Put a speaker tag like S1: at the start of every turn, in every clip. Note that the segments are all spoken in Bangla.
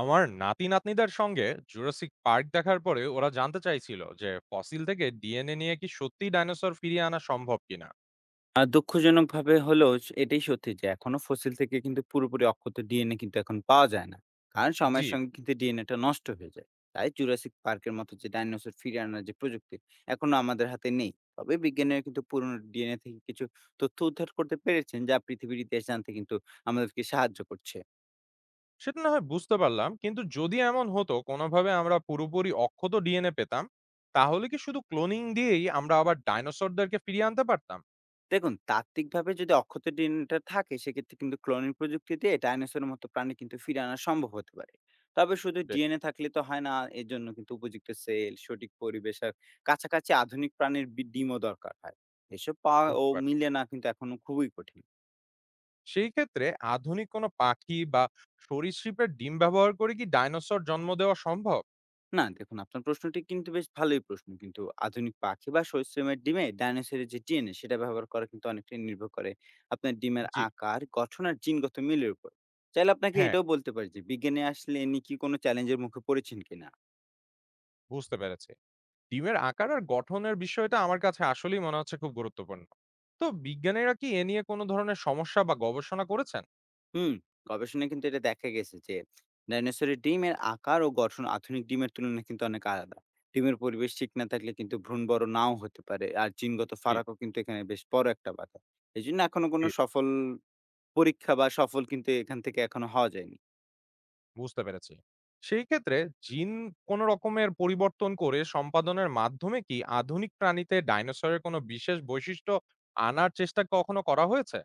S1: আমার নাতি নাতনিদের সঙ্গে জুরাসিক পার্ক দেখার পরে ওরা জানতে চাইছিল যে ফসিল থেকে ডিএনএ নিয়ে কি সত্যি ডাইনোসর ফিরিয়ে আনা সম্ভব কিনা।
S2: দুঃখজনকভাবে হলেও এটাই সত্যি যে এখনো ফসিল থেকে কিন্তু পুরোপুরি অক্ষত ডিএনএ কিন্তু এখন পাওয়া যায় না। কারণ
S1: জি।
S2: সময়ের সঙ্গে কিন্তু ডিএনএটা নষ্ট হয়ে যায়। তাই জুরাসিক পার্কের মতো যে ডাইনোসর ফিরিয়ে আনার যে প্রযুক্তি এখনো আমাদের হাতে নেই। তবে বিজ্ঞানীরা কিন্তু পুরনো ডিএনএ থেকে কিছু তথ্য উদ্ধার করতে পেরেছেন, যা পৃথিবীর ইতিহাস জানতে কিন্তু আমাদেরকে সাহায্য করছে।
S1: সেটা না হয় বুঝতে পারলাম, কিন্তু যদি এমন হতো কোনোভাবে আমরা পুরোপুরি অক্ষত ডিএনএ পেতাম, তাহলে কি শুধু ক্লোনিং দিয়েই আমরা আবার ডাইনোসরদেরকে ফিরিয়ে আনতে পারতাম?
S2: দেখুন, তাত্ত্বিকভাবে যদি অক্ষত ডিএনএটা থাকে, সেক্ষেত্রে কিন্তু ক্লোনিং প্রযুক্তি দিয়ে ডাইনোসরের মতো প্রাণী কিন্তু ফিরিয়ে আনা সম্ভব হতে পারে। তবে শুধু
S1: বেশ,
S2: ডিএনএ থাকলে তো হয় না। এর জন্য কিন্তু উপযুক্ত সেল, সঠিক পরিবেশ আর কাছাকাছি আধুনিক প্রাণীর ডিমও দরকার হয়। এসব পাওয়া ও
S1: বুঝতে পারছি।
S2: মিলে না কিন্তু এখনো খুবই কঠিন।
S1: সেই ক্ষেত্রে আধুনিক কোনো পাখি বা সরীসৃপের ডিম ব্যবহার করে কি ডাইনোসর জন্ম দেওয়া সম্ভব?
S2: না, দেখুন, আপনার প্রশ্নটি কিন্তু বেশ ভালোই প্রশ্ন। কিন্তু আধুনিক পাখি বা সরীসৃপের ডিমে ডাইনোসরের যে ডিএনএ, সেটা ব্যবহার করা কিন্তু অনেকটাই নির্ভর করে আপনার ডিমের
S1: জি।
S2: আকার, গঠন আর জিনগত মিলের উপর। চাইলে আপনাকে
S1: হ্যাঁ,
S2: এটাও বলতে পারি যে বিজ্ঞানে আসলে এমনি কি কোনো চ্যালেঞ্জের মুখে পড়েছেন কিনা?
S1: বুঝতে পেরেছি। ডিমের আকার আর গঠনের বিষয়টা আমার কাছে আসলেই মনে হচ্ছে খুব গুরুত্বপূর্ণ। তো বিজ্ঞানীরা কি এ নিয়ে কোনো ধরনের সমস্যা বা গবেষণা করেছেন?
S2: হুম, গবেষণায় কিন্তু এটা দেখা গেছে যে ডাইনোসরের ডিমের আকার ও গঠন আধুনিক ডিমের তুলনায় কিন্তু অনেক আলাদা। ডিমের পরিবেশ ঠিক না থাকলে কিন্তু ভ্রূণ বড় নাও হতে পারে। আর জিনগত
S1: জি,
S2: ফারাকও কিন্তু এখানে বেশ বড় একটা বাধা। এজন্য এখনো কোনো
S1: জি।
S2: সফল পরীক্ষা বা সফল কিন্তু এখান থেকে এখনো হওয়া যায়নি।
S1: বুঝতে পেরেছি। সেই ক্ষেত্রে জিন কোন রকমের পরিবর্তন করে সম্পাদনের মাধ্যমে কি আধুনিক প্রাণীতে ডাইনোসরের কোনো বিশেষ বৈশিষ্ট্য আনার চেষ্টা কখনো করা হয়েছে?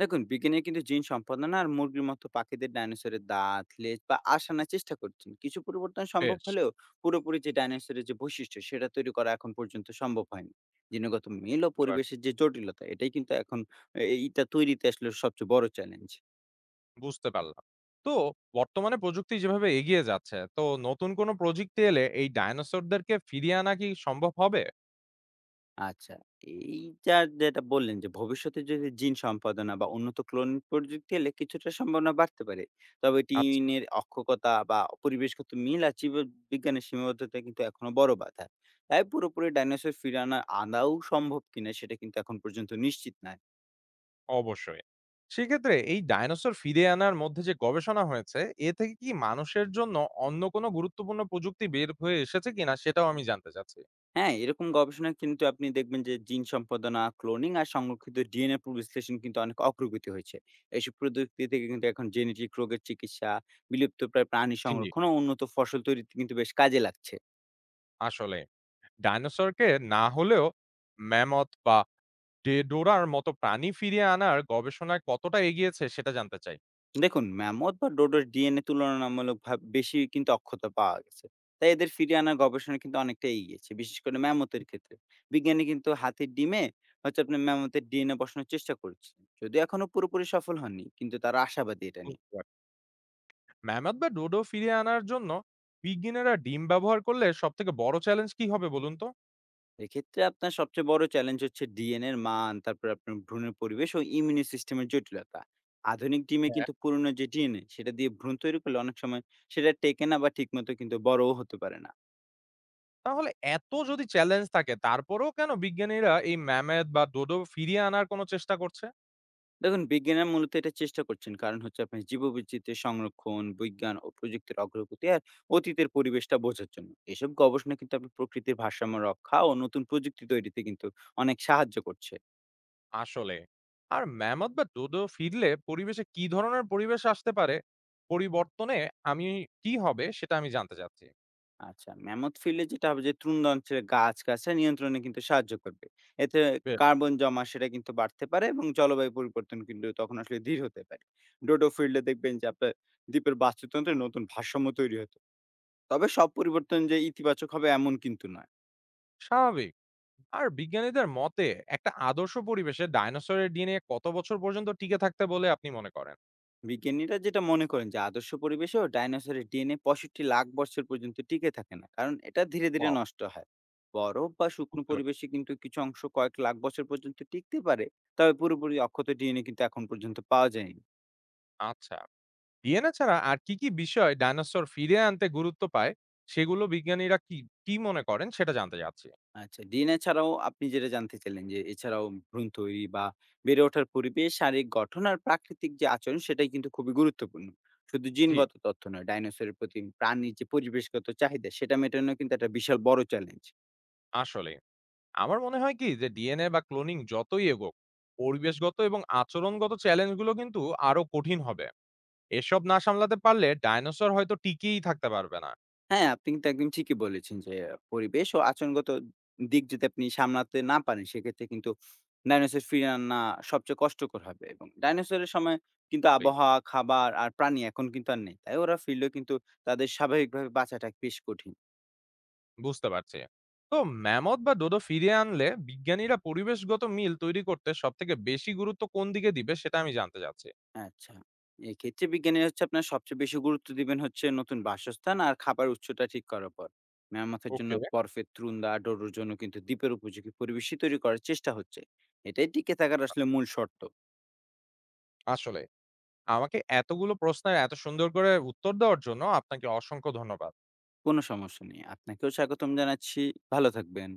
S2: দেখুন, বিজ্ঞানীরা কিন্তু জিন সম্পাদনা আর মুরগির মতো পাখিদের ডাইনোসরের দাঁত, লেজ বা আশ আনার চেষ্টা করছেন। কিছু পরিবর্তন সম্ভব
S1: বেশ!
S2: হলেও পুরোপুরি যে ডাইনোসরের যে বৈশিষ্ট্য, সেটা তৈরি করা এখন পর্যন্ত সম্ভব হয়নি। জিনগত মিল ও
S1: বুঝতে
S2: পরিবেশের
S1: পারছি।
S2: যে জটিলতা, এটাই কিন্তু এখন এইটা তৈরিতে আসলে সবচেয়ে বড় চ্যালেঞ্জ।
S1: বুঝতে পারলাম। তো বর্তমানে প্রযুক্তি যেভাবে এগিয়ে যাচ্ছে, তো নতুন কোনো প্রযুক্তি এলে এই ডাইনোসরদেরকে ফিরিয়ে আনা কি সম্ভব হবে?
S2: আচ্ছা। এইটা যেটা বললেন, যে ভবিষ্যতে যদি জিন সম্পাদনা বা উন্নত ক্লোনিং প্রযুক্তি এলে কিছুটা সম্ভাবনা বাড়তে পারে। তবে
S1: আচ্ছা।
S2: টিনের অক্ষকতা বা পরিবেশগত মিল আর জীববিজ্ঞানের সীমাবদ্ধতা কিন্তু এখনো বড় বাধা। তাই পুরোপুরি ডাইনোসর ফিরিয়ে আনাও সম্ভব কিনা সেটা কিন্তু এখন পর্যন্ত নিশ্চিত নয়।
S1: অবশ্যই। সেক্ষেত্রে এই ডাইনোসর ফিরিয়ে আনার মধ্যে যে গবেষণা হয়েছে, এ থেকে কি মানুষের জন্য অন্য কোনো গুরুত্বপূর্ণ প্রযুক্তি বের হয়ে এসেছে কিনা সেটাও আমি জানতে চাচ্ছি।
S2: হ্যাঁ, এরকম গবেষণায় কিন্তু আপনি দেখবেন যে জিন সম্পাদনা, ক্লোনিং আর সংরক্ষিত ডিএনএ বিশ্লেষণ কিন্তু অনেক অগ্রগতি হয়েছে। এসব প্রযুক্তি থেকে কিন্তু এখন জেনেটিক রোগের চিকিৎসা, বিলুপ্তপ্রায় প্রাণী
S1: জি।
S2: সংরক্ষণ ও উন্নত ফসল তৈরিতে কিন্তু বেশ কাজে লাগছে।
S1: আসলে ডাইনোসরকে না হলেও ম্যামথ বা ডেডোরার মতো প্রাণী ফিরিয়ে আনার গবেষণায় কতটা এগিয়েছে সেটা জানতে চাই।
S2: দেখুন, ম্যামথ বা ডোডোর ডিএনএ তুলনামূলকভাবে বেশি কিন্তু অক্ষত পাওয়া গেছে। তাই এদের ফিরিয়ে আনার গবেষণা কিন্তু অনেকটা এগিয়েছে, বিশেষ করে ম্যামথের ক্ষেত্রে। বিজ্ঞানী কিন্তু হাতির ডিমে হচ্ছে আপনার ম্যামথের ডিএনএ বসানোর চেষ্টা করছে। যদিও এখনো পুরোপুরি সফল হননি, কিন্তু তারা আশাবাদী এটা নিয়ে।
S1: বুঝতে পারছি। ম্যামথ বা ডোডো ফিরিয়ে আনার জন্য বিজ্ঞানীরা ডিম ব্যবহার করলে সবথেকে বড় চ্যালেঞ্জ কি হবে বলুন তো?
S2: এক্ষেত্রে আপনার সবচেয়ে বড় চ্যালেঞ্জ হচ্ছে ডিএনএ এর মান, তারপরে আপনার ভ্রূণের পরিবেশ ও ইমিউনি সিস্টেমের জটিলতা। আধুনিক ডিমে কিন্তু পুরনো যে ডিএনএ, সেটা দিয়ে ভ্রূণ তৈরি করলে অনেক সময় সেটা টেকে না বা ঠিকমতো কিন্তু বড়ও হতে পারে না।
S1: তাহলে এত যদি চ্যালেঞ্জ থাকে তারপরেও কেন বিজ্ঞানীরা এই ম্যামথ বা ডোডো ফিরিয়ে আনার কোনো চেষ্টা করছে?
S2: দেখুন, বিজ্ঞানীরা মূলত এটা চেষ্টা করছেন কারণ হচ্ছে আপনার জীববৈচিত্র্যের সংরক্ষণ, বিজ্ঞান ও প্রযুক্তির অগ্রগতি আর অতীতের পরিবেশটা বোঝার জন্য। এসব গবেষণা কিন্তু আপনার প্রকৃতির ভারসাম্য রক্ষা ও নতুন প্রযুক্তি তৈরিতে কিন্তু অনেক সাহায্য করছে।
S1: আসলে আর ম্যামথ বা ডোডো ফিরলে পরিবেশে কি ধরনের পরিবেশ আসতে পারে, পরিবর্তনে আমি কি হবে সেটা আমি জানতে চাচ্ছি।
S2: আচ্ছা, ম্যামথ ফিলে যেটা হবে, যে তৃণদন্ত্রের গাছ-গাছরা নিয়ন্ত্রণে কিন্তু সাহায্য করবে। এতে
S1: বেশ,
S2: কার্বন জমা সেটা কিন্তু বাড়তে পারে এবং জলবায়ু পরিবর্তন কিন্তু তখন আসলে ধীর হতে পারে। ডোডোফিল্ডে দেখবেন যে আপনার দ্বীপের বাস্তুতন্ত্রে নতুন ভারসাম্য তৈরি হতো। তবে সব পরিবর্তন যে ইতিবাচক হবে, এমন কিন্তু নয়।
S1: স্বাভাবিক। আর বিজ্ঞানীদের মতে একটা আদর্শ পরিবেশে ডাইনোসরের ডিএনএ কত বছর পর্যন্ত টিকে থাকতে বলে আপনি মনে করেন?
S2: বিজ্ঞানীরা যেটা মনে করেন, যে আদর্শ পরিবেশেও ডাইনোসরের ডিএনএ 65 লাখ বছর পর্যন্ত টিকে থাকে না, কারণ এটা ধীরে ধীরে
S1: Wow,
S2: নষ্ট হয়। বরফ বা শুকনো
S1: বুঝতে পারি।
S2: পরিবেশে কিন্তু কিছু অংশ কয়েক লাখ বছর পর্যন্ত টিকতে পারে। তবে পুরোপুরি অক্ষত ডিএনএ কিন্তু এখন পর্যন্ত পাওয়া যায়নি।
S1: আচ্ছা, ডিএনএ ছাড়া আর কি বিষয় ডাইনোসর ফিরে আনতে গুরুত্ব পায়, সেগুলো বিজ্ঞানীরা কি মনে করেন সেটা জানতে চাচ্ছি।
S2: আচ্ছা, ডিএনএ ছাড়াও আপনি যেটা জানতে চাইলেন, যে এছাড়াও ভ্রূণ তৈরি বা বেড়ে ওঠার পরিবেশ, শারীরিক গঠন আর প্রাকৃতিক যে আচরণ, সেটাই কিন্তু খুবই গুরুত্বপূর্ণ। শুধু
S1: জি,
S2: জিনগত তথ্য নয়, ডাইনোসরের প্রতি প্রাণীর যে পরিবেশগত চাহিদা, সেটা মেটানো কিন্তু একটা বিশাল বড় চ্যালেঞ্জ।
S1: আসলেই। আমার মনে হয় কি যে ডিএনএ বা ক্লোনিং যতই এগোক, পরিবেশগত এবং আচরণগত চ্যালেঞ্জগুলো কিন্তু আরো কঠিন হবে। এসব না সামলাতে পারলে ডাইনোসর হয়তো টিকেই থাকতে পারবে না।
S2: হ্যাঁ, আপনি কিন্তু একদম ঠিকই বলেছেন যে পরিবেশ ও আচরণগত দিক যদি আপনি সামলাতে না পারেন, সেক্ষেত্রে কিন্তু ডাইনোসর ফিরিয়ে আনা সবচেয়ে কষ্টকর হবে, এবং ডাইনোসরের সময় কিন্তু
S1: জি,
S2: আবহাওয়া, খাবার আর প্রাণী এখন কিন্তু আর নেই। তাই ওরা ফিরলেও কিন্তু তাদের স্বাভাবিকভাবে বাঁচাটা বেশ কঠিন।
S1: বুঝতে পারছি। তো ম্যামথ বা ডোডো ফিরিয়ে আনলে বিজ্ঞানীরা পরিবেশগত মিল তৈরি করতে সবথেকে বেশি গুরুত্ব কোন দিকে দিবে সেটা আমি জানতে চাচ্ছি।
S2: আচ্ছা। এক্ষেত্রে বিজ্ঞানীরা হচ্ছে আপনার সবচেয়ে বেশি গুরুত্ব দিবেন হচ্ছে নতুন বাসস্থান আর খাবার উৎসটা ঠিক করার পর। মেরামতের জন্য
S1: ওকে,
S2: বরফের ত্রুন্দা, ডোডোর জন্য কিন্তু দ্বীপের উপযোগী পরিবেশই তৈরি করার চেষ্টা হচ্ছে। এটাই টিকে থাকার আসলে মূল শর্ত।
S1: আসলে আমাকে এতগুলো প্রশ্নের এত সুন্দর করে উত্তর দেওয়ার জন্য আপনাকে অসংখ্য ধন্যবাদ।
S2: কোনো সমস্যা নেই। আপনাকেও স্বাগতম জানাচ্ছি। ভালো থাকবেন।